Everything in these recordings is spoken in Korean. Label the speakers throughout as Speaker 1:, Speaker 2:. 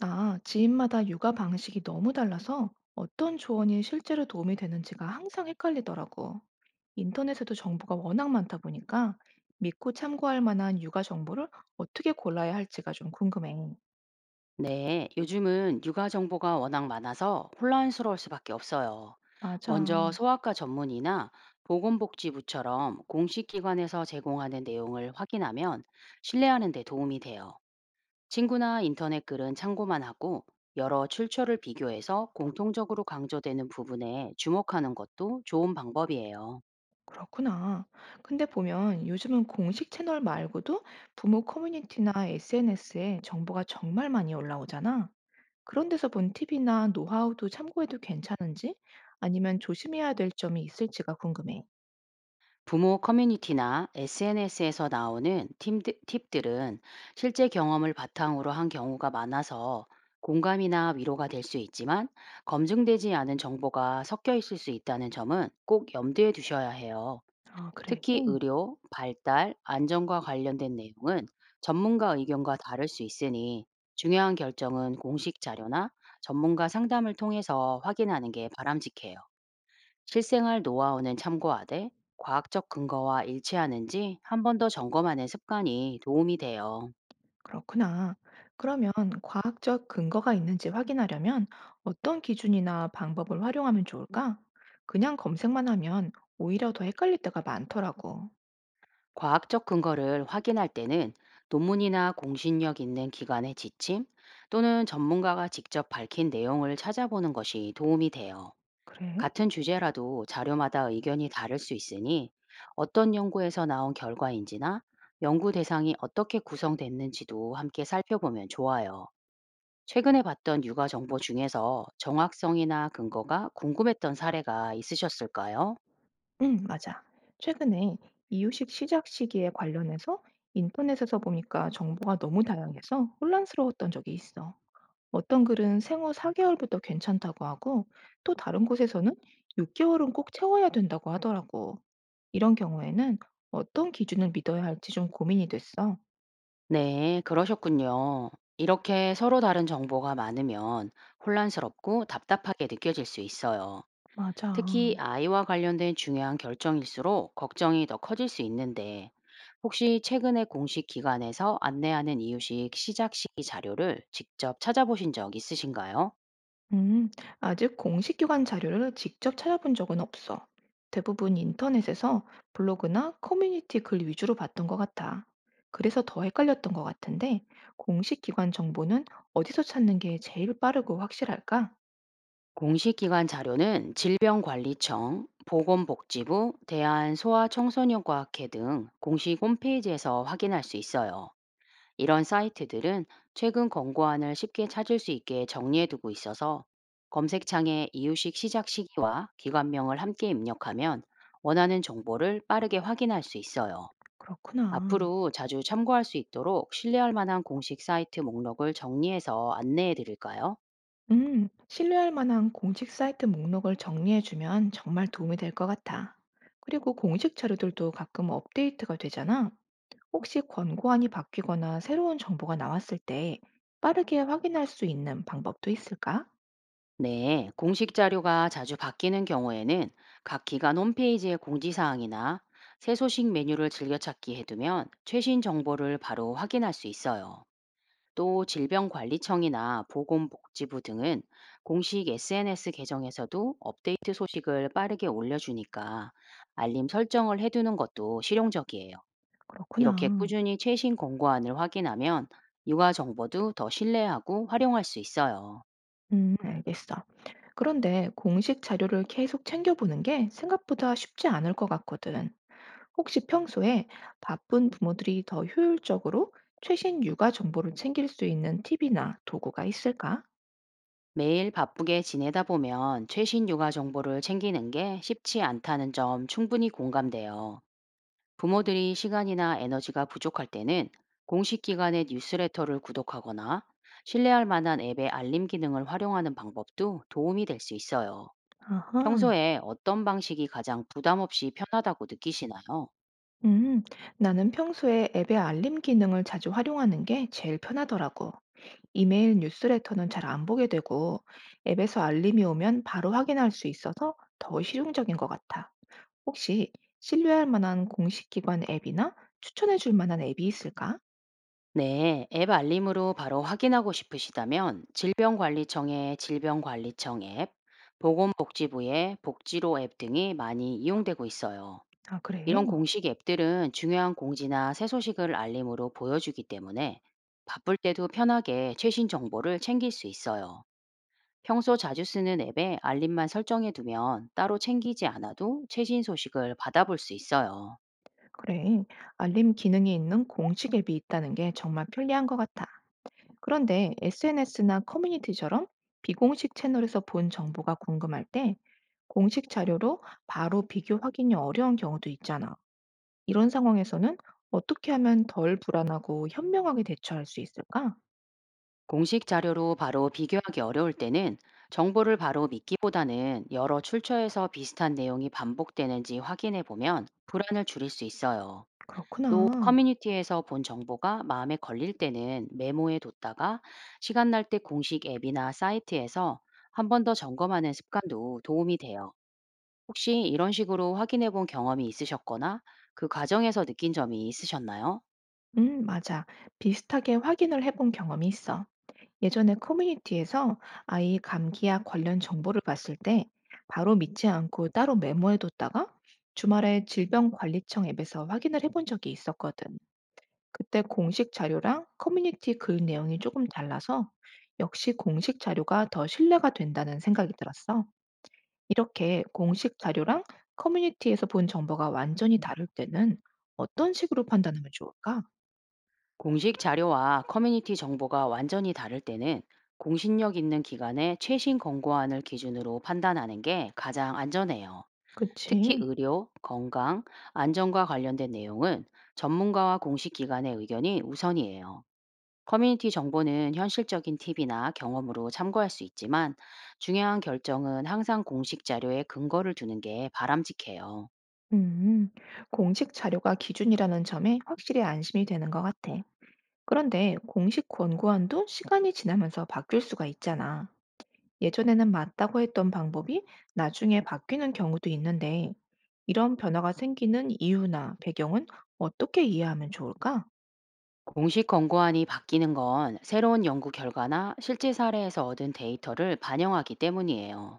Speaker 1: 아, 지인마다 육아 방식이 너무 달라서 어떤 조언이 실제로 도움이 되는지가 항상 헷갈리더라고. 인터넷에도 정보가 워낙 많다 보니까 믿고 참고할 만한 육아 정보를 어떻게 골라야 할지가 좀 궁금해.
Speaker 2: 네, 요즘은 육아 정보가 워낙 많아서 혼란스러울 수밖에 없어요. 먼저
Speaker 1: 맞아.
Speaker 2: 소아과 전문의나 보건복지부처럼 공식 기관에서 제공하는 내용을 확인하면 신뢰하는 데 도움이 돼요. 친구나 인터넷 글은 참고만 하고 여러 출처를 비교해서 공통적으로 강조되는 부분에 주목하는 것도 좋은 방법이에요.
Speaker 1: 그렇구나. 근데 보면 요즘은 공식 채널 말고도 부모 커뮤니티나 SNS에 정보가 정말 많이 올라오잖아. 그런 데서 본 팁이나 노하우도 참고해도 괜찮은지 아니면 조심해야 될 점이 있을지가 궁금해.
Speaker 2: 부모 커뮤니티나 SNS에서 나오는 팀 팁들은 실제 경험을 바탕으로 한 경우가 많아서 공감이나 위로가 될 수 있지만, 검증되지 않은 정보가 섞여 있을 수 있다는 점은 꼭 염두에 두셔야 해요.
Speaker 1: 아 그래.
Speaker 2: 특히 의료, 발달, 안전과 관련된 내용은 전문가 의견과 다를 수 있으니, 중요한 결정은 공식 자료나 전문가 상담을 통해서 확인하는 게 바람직해요. 실생활 노하우는 참고하되, 과학적 근거와 일치하는지 한 번 더 점검하는 습관이 도움이 돼요.
Speaker 1: 그렇구나. 그러면 과학적 근거가 있는지 확인하려면 어떤 기준이나 방법을 활용하면 좋을까? 그냥 검색만 하면 오히려 더 헷갈릴 때가 많더라고.
Speaker 2: 과학적 근거를 확인할 때는 논문이나 공신력 있는 기관의 지침, 또는 전문가가 직접 밝힌 내용을 찾아보는 것이 도움이 돼요.
Speaker 1: 그래?
Speaker 2: 같은 주제라도 자료마다 의견이 다를 수 있으니, 어떤 연구에서 나온 결과인지나 연구 대상이 어떻게 구성됐는지도 함께 살펴보면 좋아요. 최근에 봤던 육아 정보 중에서 정확성이나 근거가 궁금했던 사례가 있으셨을까요?
Speaker 1: 응, 맞아. 최근에 이유식 시작 시기에 관련해서 인터넷에서 보니까 정보가 너무 다양해서 혼란스러웠던 적이 있어. 어떤 글은 생후 4개월부터 괜찮다고 하고 또 다른 곳에서는 6개월은 꼭 채워야 된다고 하더라고. 이런 경우에는 어떤 기준을 믿어야 할지 좀 고민이 됐어.
Speaker 2: 네, 그러셨군요. 이렇게 서로 다른 정보가 많으면 혼란스럽고 답답하게 느껴질 수 있어요.
Speaker 1: 맞아.
Speaker 2: 특히 아이와 관련된 중요한 결정일수록 걱정이 더 커질 수 있는데, 혹시 최근에 공식 기관에서 안내하는 이유식 시작 시기 자료를 직접 찾아보신 적 있으신가요?
Speaker 1: 음, 아직 공식 기관 자료를 직접 찾아본 적은 없어. 대부분 인터넷에서 블로그나 커뮤니티 글 위주로 봤던 것 같아. 그래서 더 헷갈렸던 것 같은데, 공식 기관 정보는 어디서 찾는 게 제일 빠르고 확실할까?
Speaker 2: 공식기관 자료는 질병관리청, 보건복지부, 대한소아청소년과학회 등 공식 홈페이지에서 확인할 수 있어요. 이런 사이트들은 최근 권고안을 쉽게 찾을 수 있게 정리해두고 있어서, 검색창에 이유식 시작 시기와 기관명을 함께 입력하면 원하는 정보를 빠르게 확인할 수 있어요.
Speaker 1: 그렇구나.
Speaker 2: 앞으로 자주 참고할 수 있도록 신뢰할 만한 공식 사이트 목록을 정리해서 안내해 드릴까요?
Speaker 1: 신뢰할 만한 공식 사이트 목록을 정리해주면 정말 도움이 될 것 같아. 그리고 공식 자료들도 가끔 업데이트가 되잖아. 혹시 권고안이 바뀌거나 새로운 정보가 나왔을 때 빠르게 확인할 수 있는 방법도 있을까?
Speaker 2: 네, 공식 자료가 자주 바뀌는 경우에는 각 기관 홈페이지의 공지사항이나 새 소식 메뉴를 즐겨찾기 해두면 최신 정보를 바로 확인할 수 있어요. 또 질병관리청이나 보건복지부 등은 공식 SNS 계정에서도 업데이트 소식을 빠르게 올려주니까, 알림 설정을 해두는 것도 실용적이에요. 이렇게
Speaker 1: 그렇구나.
Speaker 2: 꾸준히 최신 권고안을 확인하면 육아 정보도 더 신뢰하고 활용할 수 있어요.
Speaker 1: 알겠어. 그런데 공식 자료를 계속 챙겨보는 게 생각보다 쉽지 않을 것 같거든. 혹시 평소에 바쁜 부모들이 더 효율적으로 최신 육아 정보를 챙길 수 있는 팁이나 도구가 있을까?
Speaker 2: 매일 바쁘게 지내다 보면 최신 육아 정보를 챙기는 게 쉽지 않다는 점 충분히 공감돼요. 부모들이 시간이나 에너지가 부족할 때는 공식 기관의 뉴스레터를 구독하거나, 신뢰할 만한 앱의 알림 기능을 활용하는 방법도 도움이 될 수 있어요.
Speaker 1: 아하.
Speaker 2: 평소에 어떤 방식이 가장 부담 없이 편하다고 느끼시나요?
Speaker 1: 음, 나는 평소에 앱의 알림 기능을 자주 활용하는 게 제일 편하더라고. 이메일 뉴스레터는 잘 안 보게 되고, 앱에서 알림이 오면 바로 확인할 수 있어서 더 실용적인 것 같아. 혹시 신뢰할 만한 공식 기관 앱이나 추천해 줄 만한 앱이 있을까?
Speaker 2: 네, 앱 알림으로 바로 확인하고 싶으시다면 질병관리청의 질병관리청 앱, 보건복지부의 복지로 앱 등이 많이 이용되고 있어요.
Speaker 1: 아, 그래,
Speaker 2: 이런 공식 앱들은 중요한 공지나 새 소식을 알림으로 보여주기 때문에, 바쁠 때도 편하게 최신 정보를 챙길 수 있어요. 평소 자주 쓰는 앱에 알림만 설정해 두면, 따로 챙기지 않아도 최신 소식을 받아볼 수 있어요.
Speaker 1: 그래. 알림 기능이 있는 공식 앱이 있다는 게 정말 편리한 것 같아. 그런데 SNS나 커뮤니티처럼 비공식 채널에서 본 정보가 궁금할 때 공식 자료로 바로 비교 확인이 어려운 경우도 있잖아. 이런 상황에서는 어떻게 하면 덜 불안하고 현명하게 대처할 수 있을까?
Speaker 2: 공식 자료로 바로 비교하기 어려울 때는, 정보를 바로 믿기보다는 여러 출처에서 비슷한 내용이 반복되는지 확인해 보면 불안을 줄일 수 있어요. 또
Speaker 1: 그렇구나.
Speaker 2: 커뮤니티에서 본 정보가 마음에 걸릴 때는 메모해 뒀다가, 시간 날 때 공식 앱이나 사이트에서 한 번 더 점검하는 습관도 도움이 돼요. 혹시 이런 식으로 확인해 본 경험이 있으셨거나, 그 과정에서 느낀 점이 있으셨나요?
Speaker 1: 맞아. 비슷하게 확인을 해본 경험이 있어. 예전에 커뮤니티에서 아이 감기약 관련 정보를 봤을 때 바로 믿지 않고 따로 메모해뒀다가 주말에 질병관리청 앱에서 확인을 해본 적이 있었거든. 그때 공식 자료랑 커뮤니티 글 내용이 조금 달라서 역시 공식 자료가 더 신뢰가 된다는 생각이 들었어. 이렇게 공식 자료랑 커뮤니티에서 본 정보가 완전히 다를 때는 어떤 식으로 판단하면 좋을까?
Speaker 2: 공식 자료와 커뮤니티 정보가 완전히 다를 때는, 공신력 있는 기관의 최신 권고안을 기준으로 판단하는 게 가장 안전해요. 특히
Speaker 1: 그치.
Speaker 2: 의료, 건강, 안전과 관련된 내용은 전문가와 공식 기관의 의견이 우선이에요. 커뮤니티 정보는 현실적인 팁이나 경험으로 참고할 수 있지만, 중요한 결정은 항상 공식 자료에 근거를 두는 게 바람직해요.
Speaker 1: 음, 공식 자료가 기준이라는 점에 확실히 안심이 되는 것 같아. 그런데 공식 권고안도 시간이 지나면서 바뀔 수가 있잖아. 예전에는 맞다고 했던 방법이 나중에 바뀌는 경우도 있는데, 이런 변화가 생기는 이유나 배경은 어떻게 이해하면 좋을까?
Speaker 2: 공식 권고안이 바뀌는 건 새로운 연구 결과나 실제 사례에서 얻은 데이터를 반영하기 때문이에요.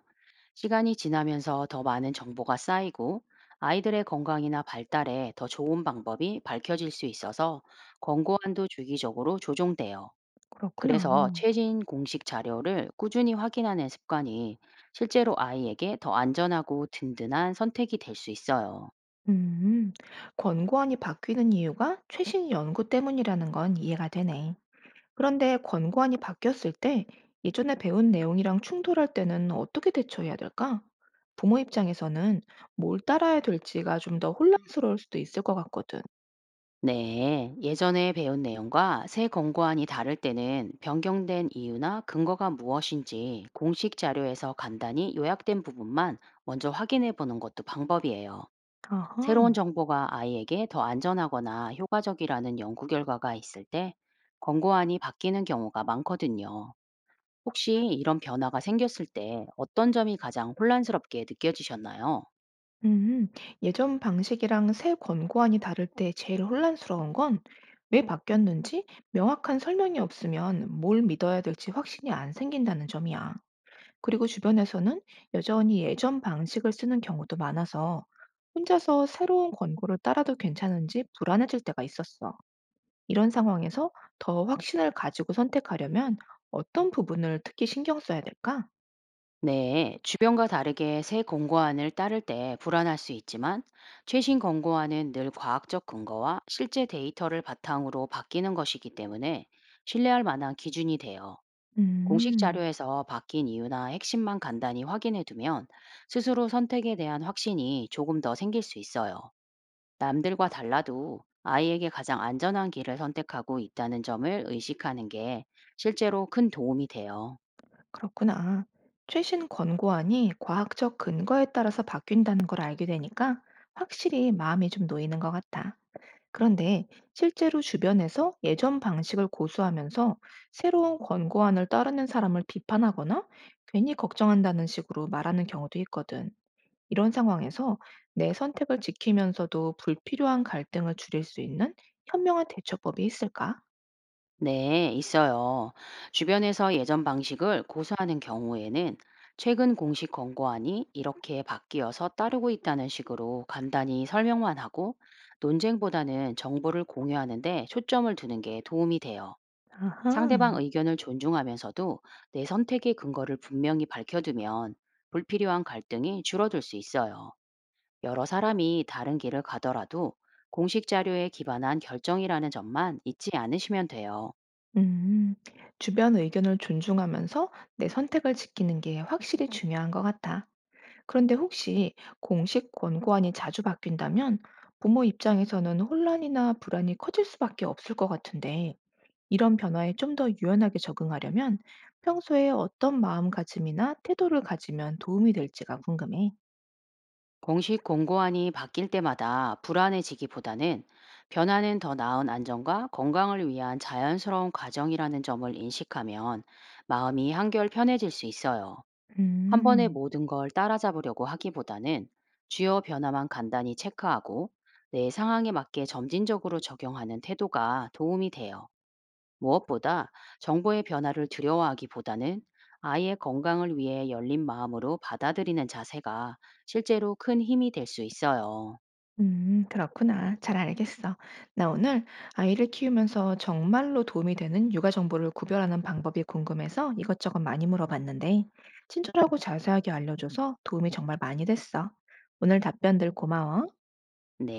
Speaker 2: 시간이 지나면서 더 많은 정보가 쌓이고, 아이들의 건강이나 발달에 더 좋은 방법이 밝혀질 수 있어서 권고안도 주기적으로 조정돼요.
Speaker 1: 그렇구나.
Speaker 2: 그래서 최신 공식 자료를 꾸준히 확인하는 습관이 실제로 아이에게 더 안전하고 든든한 선택이 될 수 있어요.
Speaker 1: 음, 권고안이 바뀌는 이유가 최신 연구 때문이라는 건 이해가 되네. 그런데 권고안이 바뀌었을 때 예전에 배운 내용이랑 충돌할 때는 어떻게 대처해야 될까? 부모 입장에서는 뭘 따라야 될지가 좀 더 혼란스러울 수도 있을 것 같거든.
Speaker 2: 네, 예전에 배운 내용과 새 권고안이 다를 때는 변경된 이유나 근거가 무엇인지 공식 자료에서 간단히 요약된 부분만 먼저 확인해 보는 것도 방법이에요.
Speaker 1: 아하.
Speaker 2: 새로운 정보가 아이에게 더 안전하거나 효과적이라는 연구 결과가 있을 때 권고안이 바뀌는 경우가 많거든요. 혹시 이런 변화가 생겼을 때 어떤 점이 가장 혼란스럽게 느껴지셨나요?
Speaker 1: 음, 예전 방식이랑 새 권고안이 다를 때 제일 혼란스러운 건 왜 바뀌었는지 명확한 설명이 없으면 뭘 믿어야 될지 확신이 안 생긴다는 점이야. 그리고 주변에서는 여전히 예전 방식을 쓰는 경우도 많아서 혼자서 새로운 권고를 따라도 괜찮은지 불안해질 때가 있었어. 이런 상황에서 더 확신을 가지고 선택하려면 어떤 부분을 특히 신경 써야 될까?
Speaker 2: 네, 주변과 다르게 새 권고안을 따를 때 불안할 수 있지만, 최신 권고안은 늘 과학적 근거와 실제 데이터를 바탕으로 바뀌는 것이기 때문에 신뢰할 만한 기준이 돼요. 공식
Speaker 1: 음.
Speaker 2: 자료에서 바뀐 이유나 핵심만 간단히 확인해 두면, 스스로 선택에 대한 확신이 조금 더 생길 수 있어요. 남들과 달라도 아이에게 가장 안전한 길을 선택하고 있다는 점을 의식하는 게 실제로 큰 도움이 돼요.
Speaker 1: 그렇구나. 최신 권고안이 과학적 근거에 따라서 바뀐다는 걸 알게 되니까 확실히 마음이 좀 놓이는 것 같아. 그런데 실제로 주변에서 예전 방식을 고수하면서 새로운 권고안을 따르는 사람을 비판하거나 괜히 걱정한다는 식으로 말하는 경우도 있거든. 이런 상황에서 내 선택을 지키면서도 불필요한 갈등을 줄일 수 있는 현명한 대처법이 있을까?
Speaker 2: 네, 있어요. 주변에서 예전 방식을 고수하는 경우에는, 최근 공식 권고안이 이렇게 바뀌어서 따르고 있다는 식으로 간단히 설명만 하고, 논쟁보다는 정보를 공유하는데 초점을 두는 게 도움이 돼요.
Speaker 1: 아하.
Speaker 2: 상대방 의견을 존중하면서도 내 선택의 근거를 분명히 밝혀두면 불필요한 갈등이 줄어들 수 있어요. 여러 사람이 다른 길을 가더라도 공식 자료에 기반한 결정이라는 점만 잊지 않으시면 돼요.
Speaker 1: 음, 주변 의견을 존중하면서 내 선택을 지키는 게 확실히 중요한 것 같아. 그런데 혹시 공식 권고안이 자주 바뀐다면 부모 입장에서는 혼란이나 불안이 커질 수밖에 없을 것 같은데, 이런 변화에 좀 더 유연하게 적응하려면 평소에 어떤 마음가짐이나 태도를 가지면 도움이 될지가 궁금해.
Speaker 2: 공식 공고안이 바뀔 때마다 불안해지기보다는, 변화는 더 나은 안전과 건강을 위한 자연스러운 과정이라는 점을 인식하면 마음이 한결 편해질 수 있어요. 한 번에
Speaker 1: 음.
Speaker 2: 모든 걸 따라잡으려고 하기보다는, 주요 변화만 간단히 체크하고 내 상황에 맞게 점진적으로 적용하는 태도가 도움이 돼요. 무엇보다 정보의 변화를 두려워하기보다는, 아이의 건강을 위해 열린 마음으로 받아들이는 자세가 실제로 큰 힘이 될 수 있어요.
Speaker 1: 그렇구나. 잘 알겠어. 나 오늘 아이를 키우면서 정말로 도움이 되는 육아 정보를 구별하는 방법이 궁금해서 이것저것 많이 물어봤는데, 친절하고 자세하게 알려줘서 도움이 정말 많이 됐어. 오늘 답변들 고마워.
Speaker 2: 네.